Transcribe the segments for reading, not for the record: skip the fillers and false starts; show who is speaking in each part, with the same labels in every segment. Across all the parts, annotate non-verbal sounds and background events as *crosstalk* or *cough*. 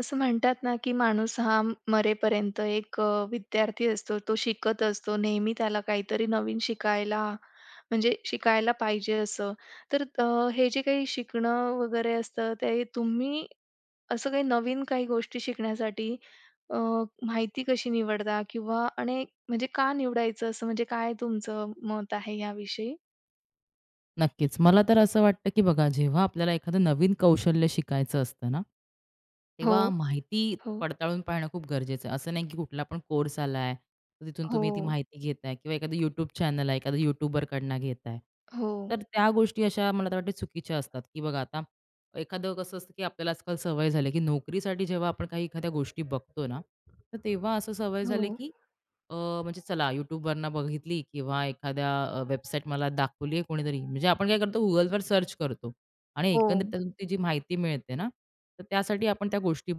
Speaker 1: असं म्हणतात ना, की माणूस हा मरेपर्यंत एक विद्यार्थी असतो. तो शिकत असतो. नेहमी त्याला काहीतरी नवीन शिकायला म्हणजे शिकायला पाहिजे असं. तर हे जे काही शिकणं वगैरे असतं, ते तुम्ही असं काही नवीन काही गोष्टी शिकण्यासाठी अ, माहिती कशी निवडता? किंवा आणि म्हणजे का निवडायचं असं म्हणजे काय तुमचं मत आहे याविषयी?
Speaker 2: नक्कीच. मला तर असं वाटतं, की बघा जेव्हा आपल्याला एखादं नवीन कौशल्य शिकायचं असतं ना,
Speaker 1: हो,
Speaker 2: तेव्हा माहिती
Speaker 1: हो,
Speaker 2: पडताळून पाहणं खूप गरजेचं आहे. असं नाही, की कुठला पण कोर्स आलाय, तर तिथून तुम्ही ती
Speaker 1: हो,
Speaker 2: माहिती घेताय किंवा एखादं YouTube चॅनल आहे, एखादा यूट्यूबरकडनं घेताय.
Speaker 1: हो,
Speaker 2: तर त्या गोष्टी अशा मला तर वाटते चुकीच्या असतात, की बघा आता एखादं कसं असतं, की आपल्याला आजकाल सवय झाली, की नोकरीसाठी जेव्हा आपण काही एखाद्या गोष्टी बघतो ना, तर तेव्हा असं सवय झाली,
Speaker 1: हो,
Speaker 2: की अ, म्हणजे चला YouTubeवरनं बघितली किंवा एखाद्या वेबसाईट मला दाखवली आहे कोणीतरी, म्हणजे आपण काय करतो Googleवर सर्च करतो आणि
Speaker 1: हो,
Speaker 2: एकंदरीत त्यातून ती जी माहिती मिळते ना, तर त्यासाठी आपण त्या गोष्टी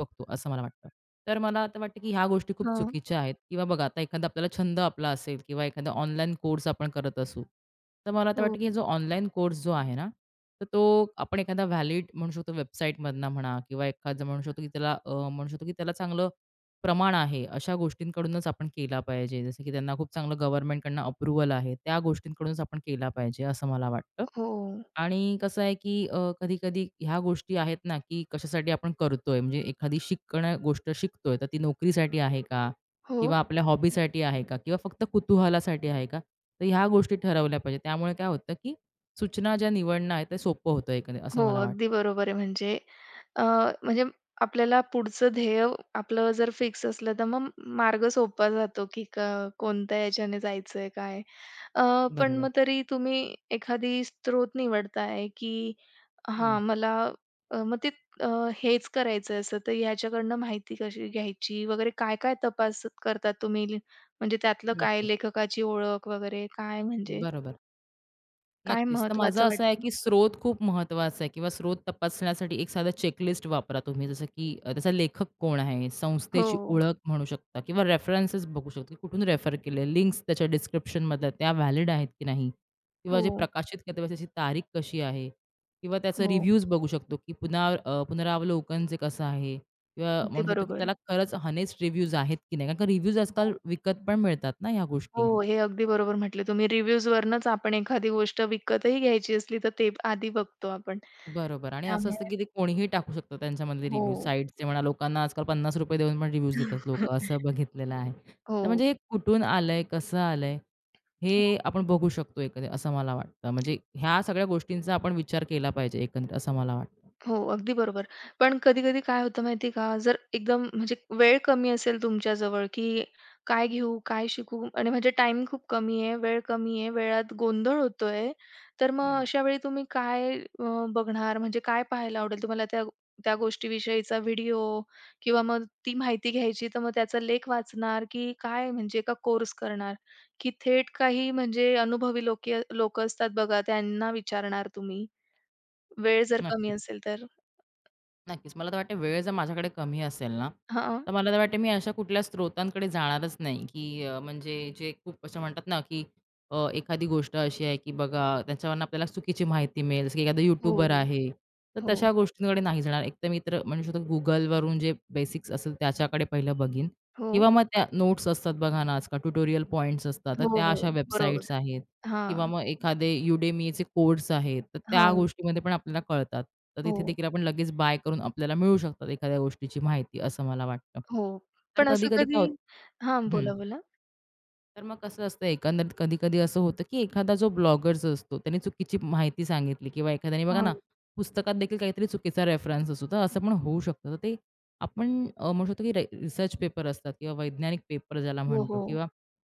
Speaker 2: बघतो असं मला वाटतं. तर मला आता वाटतं की ह्या गोष्टी खूप
Speaker 1: हां,
Speaker 2: चुकीच्या आहेत किंवा बघा आता एखादा आपल्याला छंद आपला असेल किंवा एखादा ऑनलाईन कोर्स आपण करत असू, तर मला आता
Speaker 1: हो,
Speaker 2: वाटतं की जो ऑनलाईन कोर्स जो आहे ना, तर तो आपण एखादा व्हॅलिड म्हणू शकतो वेबसाईटमधनं म्हणा किंवा एखादं म्हणू शकतो की त्याला म्हणू शकतो की त्याला चांगलं प्रमाण आहे अशा गोष्टींकडूनच आपण केला पाहिजे. जसं की त्यांना खूप चांगलं गव्हर्नमेंटकडनं अप्रूव्हल आहे, त्या गोष्टींकडूनच आपण केला पाहिजे असं मला वाटतं.
Speaker 1: हो,
Speaker 2: आणि कसं आहे, की कधी-कधी ह्या गोष्टी आहेत ना, की कशासाठी आपण करतोय? म्हणजे एखादी शिकणं गोष्ट शिकतोय, तर ती नोकरीसाठी आहे का?
Speaker 1: हो.
Speaker 2: किंवा आपल्या हॉबीसाठी आहे का? किंवा फक्त कुतूहलासाठी आहे का? तर ह्या गोष्टी ठरवल्या पाहिजेत. त्यामुळे काय होतं, की सूचना ज्या निवडणं आहे, ते सोपं होतं एकंदरीत असं
Speaker 1: हो,
Speaker 2: मला वाटतं.
Speaker 1: अगदी बरोबर आहे. म्हणजे अ, म्हणजे आपल्याला पुढचं ध्येय आपलं जर फिक्स असलं, तर मग मार्ग सोपा जातो, की कोणत्या याच्याने जायचंय काय? पण
Speaker 2: बरोबर.
Speaker 1: मग तरी तुम्ही एखादी स्त्रोत निवडताय, की
Speaker 2: हं.
Speaker 1: हां, मला मग ते अ, हेच करायचंय असं, तर ह्याच्याकडनं माहिती कशी घ्यायची वगैरे काय-काय तपास करतात तुम्ही? म्हणजे त्यातलं काय
Speaker 2: नक्कीच.
Speaker 1: लेखकाची ओळख वगैरे काय म्हणजे
Speaker 2: बरोबर.
Speaker 1: काय
Speaker 2: नक्कीच. तर माझं
Speaker 1: महत्वाचं
Speaker 2: असं आहे,
Speaker 1: वाटतं?
Speaker 2: की स्रोत खूप महत्त्वाचा आहे किंवा स्रोत तपासण्यासाठी एक साधा चेकलिस्ट वापरा तुम्ही. जसं की त्याचा लेखक कोण आहे,
Speaker 1: हो,
Speaker 2: संस्थेची ओळख म्हणू शकता किंवा रेफरन्सेस बघू शकता, की कुठून रेफर केले, लिंक्स त्याच्या डिस्क्रिप्शनमधल्या त्या व्हॅलिड आहेत की नाही किंवा
Speaker 1: हो,
Speaker 2: जे प्रकाशित केलं त्याची तारीख कशी आहे किंवा त्याचा
Speaker 1: हो.
Speaker 2: रिव्ह्यूज बघू शकतो, की पुन्हा पुनरावलोकन जे कसं आहे किंवा
Speaker 1: अगदी
Speaker 2: म्हणू शकतो, की
Speaker 1: बरोबर.
Speaker 2: त्याला खरंच हनेस्ट रिव्ह्यूज आहेत की नाही. कारण रिव्ह्यूज आजकाल
Speaker 1: हो,
Speaker 2: विकत पण मिळतात ना ह्या
Speaker 1: हो,
Speaker 2: गोष्टी.
Speaker 1: हे अगदी बरोबर म्हटले तुम्ही. रिव्ह्यूजवरनंच आपण एखादी गोष्ट विकतही घ्यायची असली, तर ते आधी बघतो आपण.
Speaker 2: बरोबर आणि असं असतं,
Speaker 1: त्यामुळे
Speaker 2: की ते कोणीही टाकू शकतं त्यांच्यामधले
Speaker 1: हो.
Speaker 2: रिव्ह्यू. साइट्सचे म्हणा, लोकांना आजकाल 50 रुपये देऊन पण रिव्ह्यूज देतात लोकं,
Speaker 1: *laughs*
Speaker 2: असं बघितलेलं आहे. तर
Speaker 1: हो.
Speaker 2: म्हणजे हे कुठून आलंय, कसं आलंय, हे आपण बघू शकतो एकंदरीत असं मला वाटतं. म्हणजे ह्या सगळ्या गोष्टींचा आपण विचार केला पाहिजे एकंदरीत असं मला वाटतं.
Speaker 1: हो, अगदी बरोबर. पण कधी-कधी काय होतं माहिती का, जर एकदम म्हणजे वेळ कमी असेल तुमच्याजवळ, की काय घेऊ, काय शिकू आणि म्हणजे टाइम खूप कमी आहे, वेळ कमी आहे, वेळात गोंधळ होतोय, तर मग
Speaker 2: हं.
Speaker 1: अशा वेळी तुम्ही काय बघणार, म्हणजे काय पाहायला आवडेल तुम्हाला त्या त्या गोष्टीविषयीचा व्हिडिओ किंवा मग ती माहिती घ्यायची, तर मग त्याचा लेख वाचणार, की काय म्हणजे का कोर्स करणार? की थेट काही म्हणजे अनुभवी लोकं असतात बघा, त्यांना विचारणार तुम्ही, वेळ जर कमी
Speaker 2: नक्कीच.
Speaker 1: असेल तर?
Speaker 2: नक्कीच. मला तर वाटते वेळ जर माझ्याकडे कमी असेल ना,
Speaker 1: हां.
Speaker 2: तर मला तर वाटते मी अशा कुठल्या स्रोतांकडे जाणारच नाही, की म्हणजे जे खूप असं म्हणतात ना, की एखादी गोष्ट अशी आहे, की बघा त्याच्यावरून आपल्याला चुकीची माहिती मिळेल, जसं की एखादा
Speaker 1: हो,
Speaker 2: यूट्यूबर आहे, तर
Speaker 1: हो,
Speaker 2: तशा गोष्टींकडे नाही जाणार. एकतर मी तर म्हणू शकतो Googleवरून जे बेसिक्स असेल त्याच्याकडे पहिलं बघीन
Speaker 1: हो,
Speaker 2: किंवा मग त्या नोट्स असतात बघा ना, आजकाल ट्युटोरियल पॉइंट्स असतात, तर
Speaker 1: हो,
Speaker 2: त्या
Speaker 1: हो.
Speaker 2: अशा
Speaker 1: बरोबर.
Speaker 2: वेबसाईट्स आहेत.
Speaker 1: हां,
Speaker 2: किंवा मग एखादे Udemyचे कोर्स आहेत, तर त्या
Speaker 1: हां.
Speaker 2: गोष्टीमध्ये पण आपल्याला कळतात. तर तिथे
Speaker 1: हो,
Speaker 2: देखील आपण लगेच बाय करून आपल्याला मिळू शकतात एखाद्या गोष्टीची माहिती असं मला वाटतं.
Speaker 1: हो.
Speaker 2: तर
Speaker 1: पण असं
Speaker 2: कधी-कधी काय
Speaker 1: कधी
Speaker 2: होतं
Speaker 1: हां, बोला, बोला.
Speaker 2: तर मग कसं असतं एकंदरीत कधी-कधी असं होतं, की एखादा जो ब्लॉगर्स असतो त्याने चुकीची माहिती सांगितली किंवा एखाद्याने बघा
Speaker 1: हां.
Speaker 2: ना, पुस्तकात देखील काहीतरी चुकीचा रेफरन्स असतो, तर असं पण होऊ शकतं. तर ते आपण म्हणू शकतो, की रिसर्च पेपर असतात किंवा वैज्ञानिक पेपर ज्याला
Speaker 1: हो,
Speaker 2: म्हणतो
Speaker 1: हो.
Speaker 2: किंवा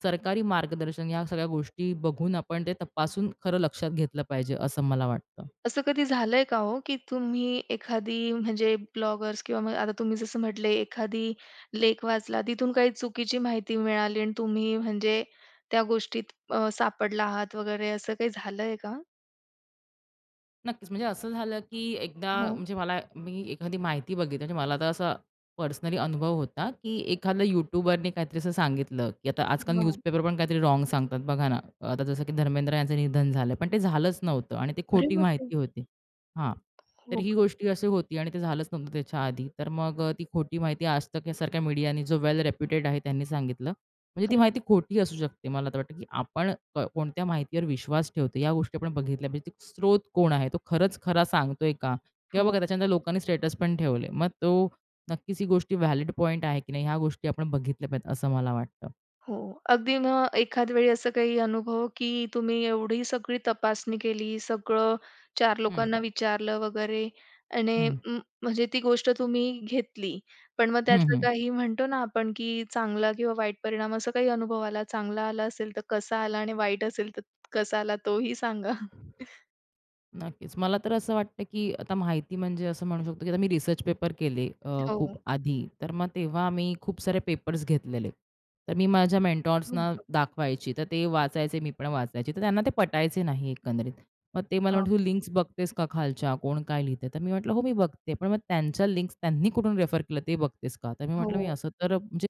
Speaker 2: सरकारी मार्गदर्शन या सगळ्या गोष्टी बघून आपण ते तपासून खरं लक्षात घेतलं पाहिजे, असं मला वाटतं.
Speaker 1: असं कधी झालंय का हो, की तुम्ही एखादी म्हणजे ब्लॉगर्स किंवा मग आता तुम्ही जसं म्हटले एखादी लेख वाचला, तिथून काही चुकीची माहिती मिळाली आणि तुम्ही म्हणजे त्या गोष्टीत सापडला आहात वगैरे असं काही झालंय का?
Speaker 2: नक्कीच. म्हणजे असं झालं, की एकदा
Speaker 1: हां,
Speaker 2: म्हणजे मला मी एखादी माहिती बघितली म्हणजे मला तर असा पर्सनली अनुभव होता, की एखाद्या यूट्यूबरने काहीतरी असं सांगितलं, की आता आजकाल
Speaker 1: हां.
Speaker 2: न्यूजपेपर पण काहीतरी रॉंग सांगतात बघा ना. आता जसं की धर्मेंद्र यांचं निधन झालं, पण ते झालंच नव्हतं आणि ते
Speaker 1: अरे
Speaker 2: खोटी
Speaker 1: बापरे!
Speaker 2: माहिती होती. हां. तर
Speaker 1: हो
Speaker 2: ही
Speaker 1: का?
Speaker 2: गोष्टी अशी होती आणि ते झालंच नव्हतं त्याच्या आधी. तर मग ती खोटी माहिती आज तक यासारख्या मीडियाने जो वेल रेप्युटेड आहे त्यांनी सांगितलं. म्हणजे ती
Speaker 1: अरे,
Speaker 2: माहिती खोटी असू शकते. मला तर वाटतं, की आपण कोणत्या माहितीवर विश्वास ठेवतो, या गोष्टी आपण बघितल्या पाहिजे. ते स्रोत कोण आहे? तो खरंच खरा सांगतोय का? किंवा
Speaker 1: हो.
Speaker 2: बघा त्याच्यानंतर लोकांनी स्टेटस पण ठेवले. मग तो नक्कीच ही गोष्टी व्हॅलिड पॉइंट आहे की नाही, ह्या गोष्टी आपण बघितल्या पाहिजेत असं मला वाटतं.
Speaker 1: हो. अगदी मग एखाद वेळी असं काही अनुभव, की तुम्ही एवढी सगळी तपासणी केली, सगळं 4
Speaker 2: हं,
Speaker 1: लोकांना विचारलं वगैरे आणि
Speaker 2: हं.
Speaker 1: म्हणजे ती गोष्ट तुम्ही घेतली. पण मग
Speaker 2: हं,
Speaker 1: त्याचं
Speaker 2: हं.
Speaker 1: काही म्हणतो ना आपण, की चांगला किंवा वाईट परिणाम असा काही अनुभव आला? चांगला आला असेल तर कसा आला आणि वाईट असेल तर कसा आला तोही सांगा?
Speaker 2: नक्कीच. मला तर असं वाटतं, की आता माहिती म्हणजे असं म्हणू शकतो, की आता मी रिसर्च पेपर केले
Speaker 1: हो.
Speaker 2: खूप आधी. तर मग तेव्हा मी खूप सारे पेपर्स घेतलेले. तर मी माझ्या
Speaker 1: हो
Speaker 2: मेंटॉर्सना
Speaker 1: का?
Speaker 2: दाखवायची. तर ते वाचायचे, मी पण वाचायची. तर त्यांना ते पटायचे नाही एकंदरीत. मग ते मला
Speaker 1: हां.
Speaker 2: म्हटले, "तू लिंक्स बघतेस का खालच्या? कोण काय लिहितंय?" तर मी म्हटलं, "हो, मी बघते." पण मग त्यांच्या लिंक्स त्यांनी कुठून रेफर केलं ते बघतेस का? तर मी म्हटलं, "मी
Speaker 1: हो,
Speaker 2: असं तर" म्हणजे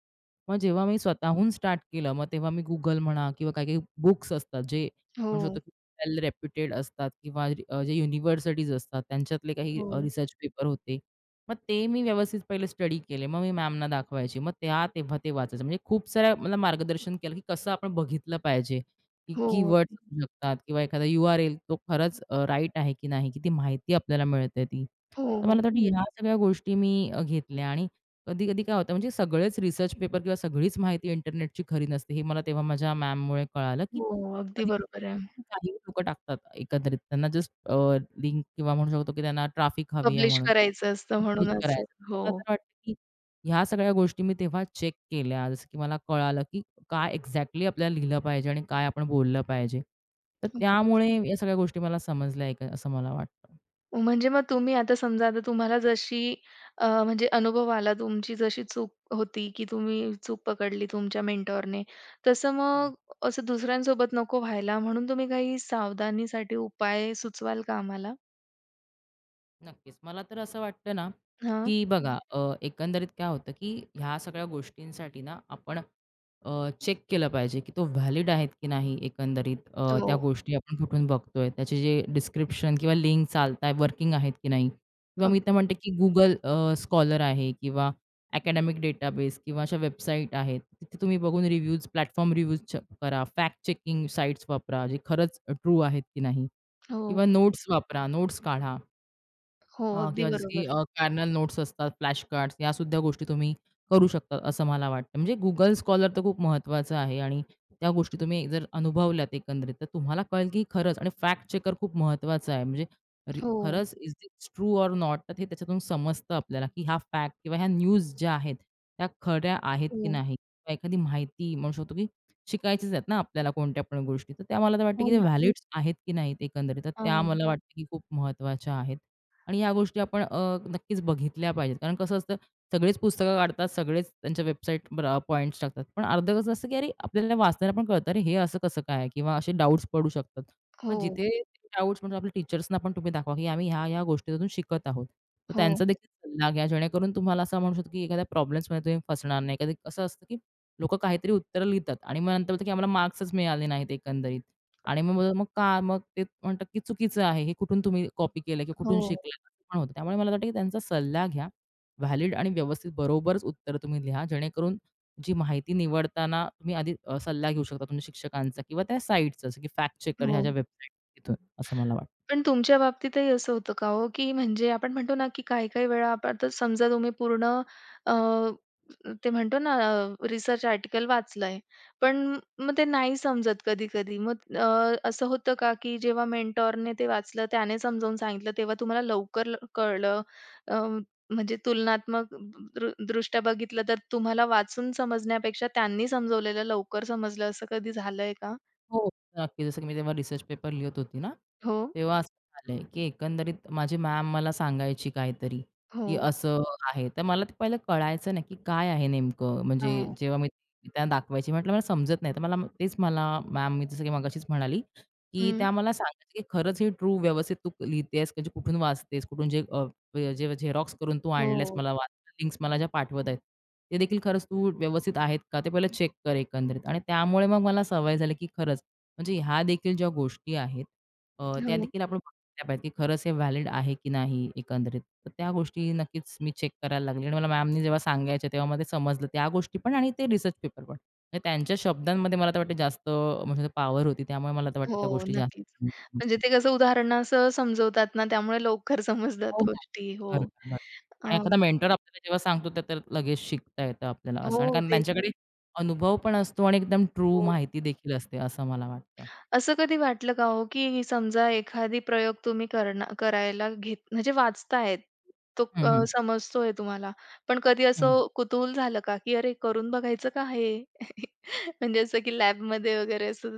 Speaker 2: मग जेव्हा मी स्वतःहून स्टार्ट केलं, मग तेव्हा मी Google म्हणा किंवा काही-काही बुक्स असतात, जे म्हणू
Speaker 1: हो,
Speaker 2: शकतो वेल रेप्युटेड असतात किंवा जे युनिव्हर्सिटीज असतात त्यांच्यातले काही
Speaker 1: हो,
Speaker 2: रिसर्च पेपर होते. मग ते मी व्यवस्थित पहिले स्टडी केले. मग मी मॅमना दाखवायचे. मग त्या तेव्हा ते वाचायचं. म्हणजे खूप साऱ्या मला मार्गदर्शन केलं, की कसं आपण बघितलं पाहिजे, की
Speaker 1: हो,
Speaker 2: कीवर्ड्स असू शकतात किंवा एखादा URL तो खरंच राईट आहे की नाही, की ती माहिती आपल्याला मिळते ती.
Speaker 1: हो,
Speaker 2: तर
Speaker 1: हो,
Speaker 2: मला तर वाटतं ह्या सगळ्या गोष्टी मी घेतल्या आणि कधी-कधी काय होतं म्हणजे सगळेच रिसर्च पेपर किंवा सगळीच माहिती इंटरनेटची खरी नसते. हे मला तेव्हा माझ्या मॅममुळे कळालं, की
Speaker 1: हो, अगदी बरोबर
Speaker 2: कधी-कधी
Speaker 1: आहे.
Speaker 2: काही लोकं टाकतात एकंदरीत. त्यांना जस्ट लिंक किंवा म्हणू शकतो, की त्यांना ट्राफिक हवी आहे
Speaker 1: पब्लिश
Speaker 2: म्हणून
Speaker 1: करायचं असतं
Speaker 2: पब्लिश
Speaker 1: म्हणून असं.
Speaker 2: करायचं.
Speaker 1: हो.
Speaker 2: मला तर वाटतं, की ह्या सगळ्या गोष्टी मी तेव्हा चेक केल्या. जसं की मला कळालं, की काय एक्झॅक्टली आपल्याला लिहिलं पाहिजे आणि काय आपण बोललं पाहिजे. तर त्यामुळे या सगळ्या गोष्टी मला समजल्या एक असं मला वाटतं.
Speaker 1: म्हणजे मग तुम्ही आता समजा आता तुम्हाला जशी म्हणजे अनुभव आला तुमची जशी चूक होती, की तुम्ही चूक पकडली तुमच्या मेंटॉरने, तसं
Speaker 2: हं.
Speaker 1: मग असं दुसऱ्यांसोबत नको व्हायला म्हणून तुम्ही काही सावधानीसाठी उपाय सुचवाल का आम्हाला?
Speaker 2: नक्कीच. मला तर असं वाटतं ना,
Speaker 1: हां.
Speaker 2: की बघा एकंदरीत काय होतं, की ह्या सगळ्या गोष्टींसाठी ना आपण चेक केलं पाहिजे, की तो व्हॅलिड आहेत की नाही एकंदरीत
Speaker 1: हो.
Speaker 2: त्या गोष्टी आपण कुठून बघतोय. त्याचे जे डिस्क्रिप्शन किंवा लिंक चालताय, वर्किंग आहेत की नाही किंवा मी
Speaker 1: अगदी
Speaker 2: तर
Speaker 1: बरोबर.
Speaker 2: म्हणते, की Google स्कॉलर आहे किंवा अकॅडमिक डेटाबेस किंवा अशा वेबसाईट आहेत. तिथे तुम्ही बघून रिव्ह्यूज, प्लॅटफॉर्म रिव्ह्यूज करा. फॅक्ट चेकिंग साइट्स वापरा, जे खरंच ट्रू आहेत की नाही
Speaker 1: हो,
Speaker 2: किंवा
Speaker 1: हो.
Speaker 2: नोट्स वापरा, नोट्स काढा.
Speaker 1: अगदी
Speaker 2: किंवा जसं की
Speaker 1: बरोबर.
Speaker 2: नोट्स असतात, फ्लॅश कार्ड्स यासुद्धा गोष्टी तुम्ही करू शकता, असं मला वाटतं. म्हणजे Google स्कॉलर तर खूप महत्त्वाचं आहे आणि त्या गोष्टी तुम्ही जर अनुभवल्यात एकंदरीत, तर तुम्हाला कळेल की खरंच आणि फॅक्ट चेकर खूप महत्त्वाचा आहे. म्हणजे
Speaker 1: हो,
Speaker 2: खरंच is it's true or not? तर हे त्याच्यातून समजतं आपल्याला, की हा फॅक्ट किंवा ह्या न्यूज ज्या आहेत, त्या खऱ्या आहेत की
Speaker 1: हो.
Speaker 2: नाही? किंवा एखादी माहिती म्हणू शकतो की शिकायचीच आहेत ना आपल्याला कोणत्या पण गोष्टी. तर त्या मला तर वाटतं
Speaker 1: हो
Speaker 2: की ते हं.
Speaker 1: ना.
Speaker 2: आहेत की नाहीत एकंदरीत? तर त्या
Speaker 1: हो,
Speaker 2: मला वाटतं की खूप महत्त्वाच्या आहेत. आणि ह्या गोष्टी आपण नक्कीच बघितल्या पाहिजेत. कारण कसं असतं, सगळेच पुस्तकं काढतात, सगळेच त्यांच्या वेबसाईटवर पॉइंट्स टाकतात. पण अर्धं कसं असतं, की अरे आपल्याला वाचताना पण कळतं, अरे हे असं कसं काय? किंवा असे डाउट्स पडू शकतात. मग
Speaker 1: हो,
Speaker 2: जिथे डाउट्स म्हणजे आपल्या टीचर्सना पण तुम्ही दाखवा, की आम्ही ह्या-ह्या गोष्टीतून शिकत आहोत. तर
Speaker 1: हो,
Speaker 2: त्यांचा देखील सल्ला घ्या, जेणेकरून तुम्हाला असं म्हणू शकतो, की एखाद्या प्रॉब्लेम्समध्ये तुम्ही फसणार नाही. कधी कसं असतं, की लोकं काहीतरी उत्तरं लिहितात आणि मग नंतर बोलतात, की आम्हाला मार्क्सच मिळाले नाहीत एकंदरीत. आणि मग मग का मग ते म्हणतात की चुकीचं आहे. हे कुठून तुम्ही कॉपी केलं किंवा
Speaker 1: हो,
Speaker 2: कुठून शिकलात पण होतं. त्यामुळे मला वाटतं की त्यांचा सल्ला घ्या. व्हॅलिड आणि व्यवस्थित बरोबरच उत्तर तुम्ही लिहा. जेणेकरून जी माहिती निवडताना तुम्ही आधी सल्ला घेऊ शकता तुमच्या शिक्षकांचा किंवा त्या साइटचा जसं की फॅक्ट चेकर ह्या
Speaker 1: हो.
Speaker 2: ज्या वेबसाईट तिथून असं मला वाटतं.
Speaker 1: पण तुमच्या बाबतीतही असं होतं का हो, की म्हणजे आपण म्हणतो ना, की काही-काही वेळा आपण आता समजा तुम्ही पूर्ण अ, ते म्हणतो ना रिसर्च आर्टिकल वाचलंय. पण मग ते नाही समजत कधी-कधी. मग असं होतं का, की जेव्हा मेंटॉरने ते वाचलं, त्याने समजावून सांगितलं, तेव्हा तुम्हाला लवकर कळलं? अ, म्हणजे तुलनात्मक दृष्ट्या बघितलं तर तुम्हाला वाचून समजण्यापेक्षा त्यांनी समजवलेलं लवकर समजलं, असं कधी झालंय का?
Speaker 2: हो, नक्की. जसं की मी तेव्हा रिसर्च पेपर लिहित होती ना,
Speaker 1: हो,
Speaker 2: तेव्हा असं झालंय, की एकंदरीत माझी मॅम मला सांगायची काहीतरी,
Speaker 1: हो.
Speaker 2: की असं आहे. तर मला ते पहिलं कळायचं नाही, की काय आहे नेमकं? म्हणजे
Speaker 1: हां.
Speaker 2: जेव्हा मी त्या दाखवायची म्हटलं, मला समजत नाही. तर मला तेच मला मॅम मी जसं की मगाशीच म्हणाली, की
Speaker 1: हं.
Speaker 2: त्या मला सांगायच्या, की खरंच हे ट्रू व्यवस्थित तू लिहितेस, म्हणजे कुठून वाचतेस, कुठून जे झेरॉक्स करून तू आणलेस
Speaker 1: हो,
Speaker 2: मला लिंक्स मला ज्या पाठवत आहेत, ते देखील खरंच तू व्यवस्थित आहेत का? ते पहिलं चेक कर एकंदरीत. आणि त्यामुळे मग मला सवय झाली, की खरंच म्हणजे ह्या देखील ज्या गोष्टी आहेत त्या
Speaker 1: हो,
Speaker 2: देखील आपण बघितल्या पाहिजेत, की खरंच हे व्हॅलिड आहे की नाही एकंदरीत. तर त्या गोष्टी नक्कीच मी चेक करायला लागले आणि मला मॅमनी जेव्हा सांगायच्या तेव्हा मला ते समजलं त्या गोष्टी पण आणि ते रिसर्च पेपर पण. म्हणजे त्यांच्या शब्दांमध्ये मला तर वाटतं जास्त म्हणजे पॉवर होती त्यामुळे मला तर वाटतं त्या
Speaker 1: हो.
Speaker 2: गोष्टी जास्त
Speaker 1: नक्कीच.
Speaker 2: समजल्या.
Speaker 1: म्हणजे ते कसं उदाहरणासह समजवतात ना, त्यामुळे लवकर
Speaker 2: हो,
Speaker 1: समजतात
Speaker 2: हो.
Speaker 1: गोष्टी. हो.
Speaker 2: बरोबर, बरोबर. आणि एखादा मेंटर आपल्याला जेव्हा सांगतो ते तर लगेच शिकता येतं आपल्याला
Speaker 1: हो,
Speaker 2: असं आणि कारण
Speaker 1: तेच.
Speaker 2: त्यांच्याकडे अनुभव पण असतो आणि एकदम ट्रू
Speaker 1: हो.
Speaker 2: माहिती देखील असते असं मला वाटतं.
Speaker 1: असं कधी वाटलं का हो, की समजा एखादी प्रयोग तुम्ही करायला घेत म्हणजे वाचतायत, तो
Speaker 2: हं, हं.
Speaker 1: समजतोय तुम्हाला. पण कधी
Speaker 2: हं.
Speaker 1: असं कुतूहल झालं का, की "अरे, करून बघायचं का हे?" *laughs* म्हणजे असं की लॅबमध्ये वगैरे असं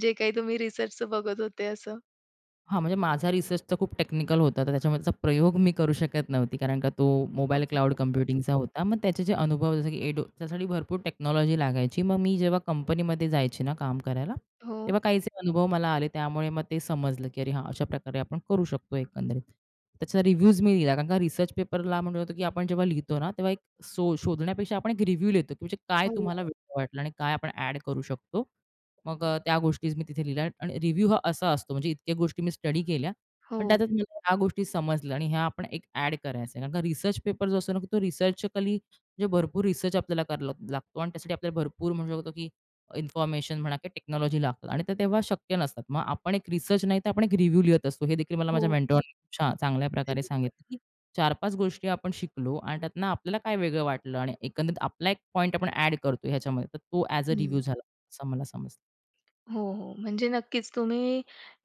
Speaker 1: जे काही तुम्ही रिसर्चचं बघत होते असं?
Speaker 2: हां, म्हणजे माझा रिसर्च तर खूप टेक्निकल होता, तर त्याच्यामुळे त्याचा प्रयोग मी करू शकत नव्हती. कारण का तो मोबाईल क्लाउड
Speaker 1: हो,
Speaker 2: कम्प्युटिंगचा होता. मग त्याचे जे अनुभव जसं की एडो त्यासाठी भरपूर टेक्नॉलॉजी लागायची. मग मी जेव्हा कंपनीमध्ये जायची ना काम करायला,
Speaker 1: हो,
Speaker 2: तेव्हा काहीचे अनुभव मला आले. त्यामुळे मग ते समजलं, की अरे हां, अशा प्रकारे आपण करू शकतो एकंदरीत. त्याचा रिव्ह्यूज मी लिहिला. कारण का रिसर्च पेपरला म्हणलं होतं, की आपण जेव्हा लिहितो ना, तेव्हा एक सो शोधण्यापेक्षा आपण एक रिव्ह्यू लिहितो, की म्हणजे काय
Speaker 1: हो,
Speaker 2: तुम्हाला वेगळं वाटलं आणि काय आपण ॲड करू शकतो. मग त्या गोष्टीच मी तिथे लिहिल्या आणि रिव्ह्यू हा असा असतो म्हणजे इतक्या गोष्टी मी स्टडी केल्या, पण
Speaker 1: हो,
Speaker 2: त्यातच मला ह्या गोष्टी समजल्या आणि ह्या आपण एक ॲड करायचा आहे. कारण का रिसर्च पेपर जो असतो ना, की तो रिसर्चकली म्हणजे भरपूर रिसर्च आपल्याला करायला लागतो आणि त्यासाठी आपल्याला भरपूर म्हणू शकतो, की इन्फॉर्मेशन म्हणा किंवा टेक्नॉलॉजी लागतात आणि ते तेव्हा शक्य नसतात. मग आपण एक रिसर्च नाही तर आपण एक रिव्ह्यू लिहत असतो. हे देखील मला माझ्या
Speaker 1: हो,
Speaker 2: मेंटॉरने खूप छान चांगल्या
Speaker 1: अगदी
Speaker 2: प्रकारे
Speaker 1: बरोबर.
Speaker 2: सांगितलं, की 4-5 गोष्टी आपण शिकलो आणि त्यातनं आपल्याला काय वेगळं वाटलं आणि एकंदरीत आपला एक पॉईंट आपण ॲड करतो ह्याच्यामध्ये. तर तो ॲज अ रिव्ह्यू झाला असं मला समजलं.
Speaker 1: हो, हो. म्हणजे नक्कीच तुम्ही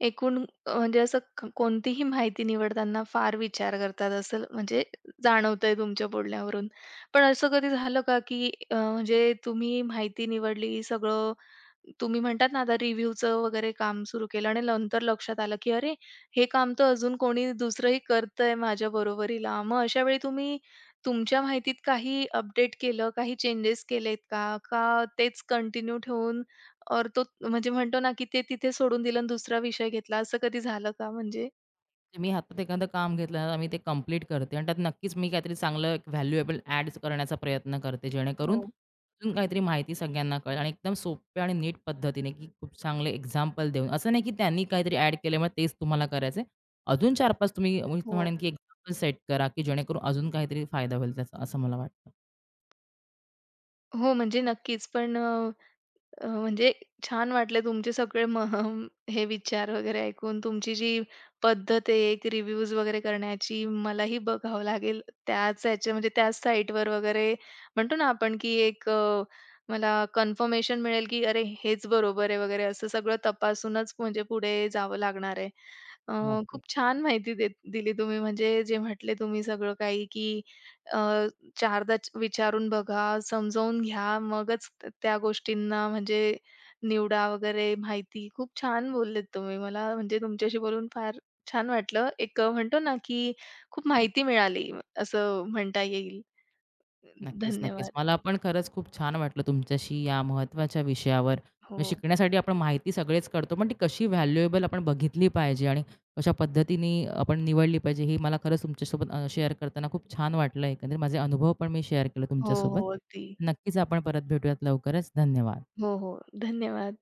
Speaker 1: एकूण म्हणजे असं कोणतीही माहिती निवडताना फार विचार करतात असं म्हणजे जाणवतंय तुमच्या बोलण्यावरून. पण असं कधी झालं का, की म्हणजे तुम्ही माहिती निवडली सगळं तुम्ही म्हणतात ना, आता रिव्ह्यूचं वगैरे काम सुरू केलं आणि नंतर लक्षात आलं, की "अरे, हे काम तर अजून कोणी दुसरंही करतंय माझ्या बरोबरीला." मग अशा वेळी तुम्ही तुमच्या माहितीत काही अपडेट केलं, काही चेंजेस केलेत का? का तेच कंटिन्यू ठेवून और तो म्हणजे म्हणतो ना, की ते तिथे सोडून दिलं आणि दुसरा विषय घेतला, असं कधी झालं का म्हणजे?
Speaker 2: जे मी हातात एखादं काम घेतलं ना, मी ते कंप्लीट करते आणि त्यात नक्कीच मी काहीतरी चांगलं व्हॅल्युएबल ॲड करण्याचा प्रयत्न करते, जेणेकरून
Speaker 1: हो,
Speaker 2: अजून काहीतरी माहिती सगळ्यांना कळेल आणि एकदम सोप्या आणि नीट पद्धतीने, की खूप चांगले एक्झाम्पल देऊन. असं नाही की त्यांनी काहीतरी ॲड केल्यामुळे तेच तुम्हाला करायचंय. अजून 4-5 तुम्ही मी तर
Speaker 1: हो.
Speaker 2: म्हणेन की एक्झाम्पल सेट करा, की जेणेकरून अजून काहीतरी फायदा होईल त्याचा, असं मला वाटतं.
Speaker 1: हो, म्हणजे नक्कीच. पण म्हणजे छान वाटले तुमचे सगळे हं, हे विचार वगैरे ऐकून. तुमची जी पद्धत आहे एक रिव्ह्यूज वगैरे करण्याची मलाही बघावं लागेल. त्याच ह्याच्या म्हणजे त्याच साईटवर वगैरे म्हणतो ना आपण की एक मला कन्फर्मेशन मिळेल की "अरे हेच बरोबर आहे" वगैरे असं सगळं तपासूनच म्हणजे पुढे जावं लागणार आहे. अ,
Speaker 2: नक्की.
Speaker 1: खूप छान माहिती दिली तुम्ही म्हणजे जे म्हटले तुम्ही सगळं काही की चारदा विचारून बघा, समजावून घ्या. मगच त्या गोष्टींना म्हणजे निवडा वगैरे माहिती. खूप छान बोललेत तुम्ही. मला म्हणजे तुमच्याशी बोलून फार छान वाटलं. एक म्हणतो ना, की खूप माहिती मिळाली असं म्हणता येईल.
Speaker 2: नक्कीच, नक्कीच.
Speaker 1: धन्यवाद.
Speaker 2: मला पण खरंच खूप छान वाटलं तुमच्याशी या महत्त्वाच्या विषयावर.
Speaker 1: हो.
Speaker 2: म्हणजे शिकण्यासाठी आपण माहिती सगळेच काढतो, पण ती कशी व्हॅल्युएबल आपण बघितली पाहिजे आणि कशा पद्धतीने आपण निवडली पाहिजे, हे मला खरंच तुमच्यासोबत शेअर करताना खूप छान वाटलं. एकंदरीत माझे अनुभव पण मी शेअर केले
Speaker 1: हो,
Speaker 2: तुमच्यासोबत.
Speaker 1: हो. अगदी.
Speaker 2: नक्कीच आपण परत भेटूयात लवकरच. धन्यवाद.
Speaker 1: हो, हो. धन्यवाद.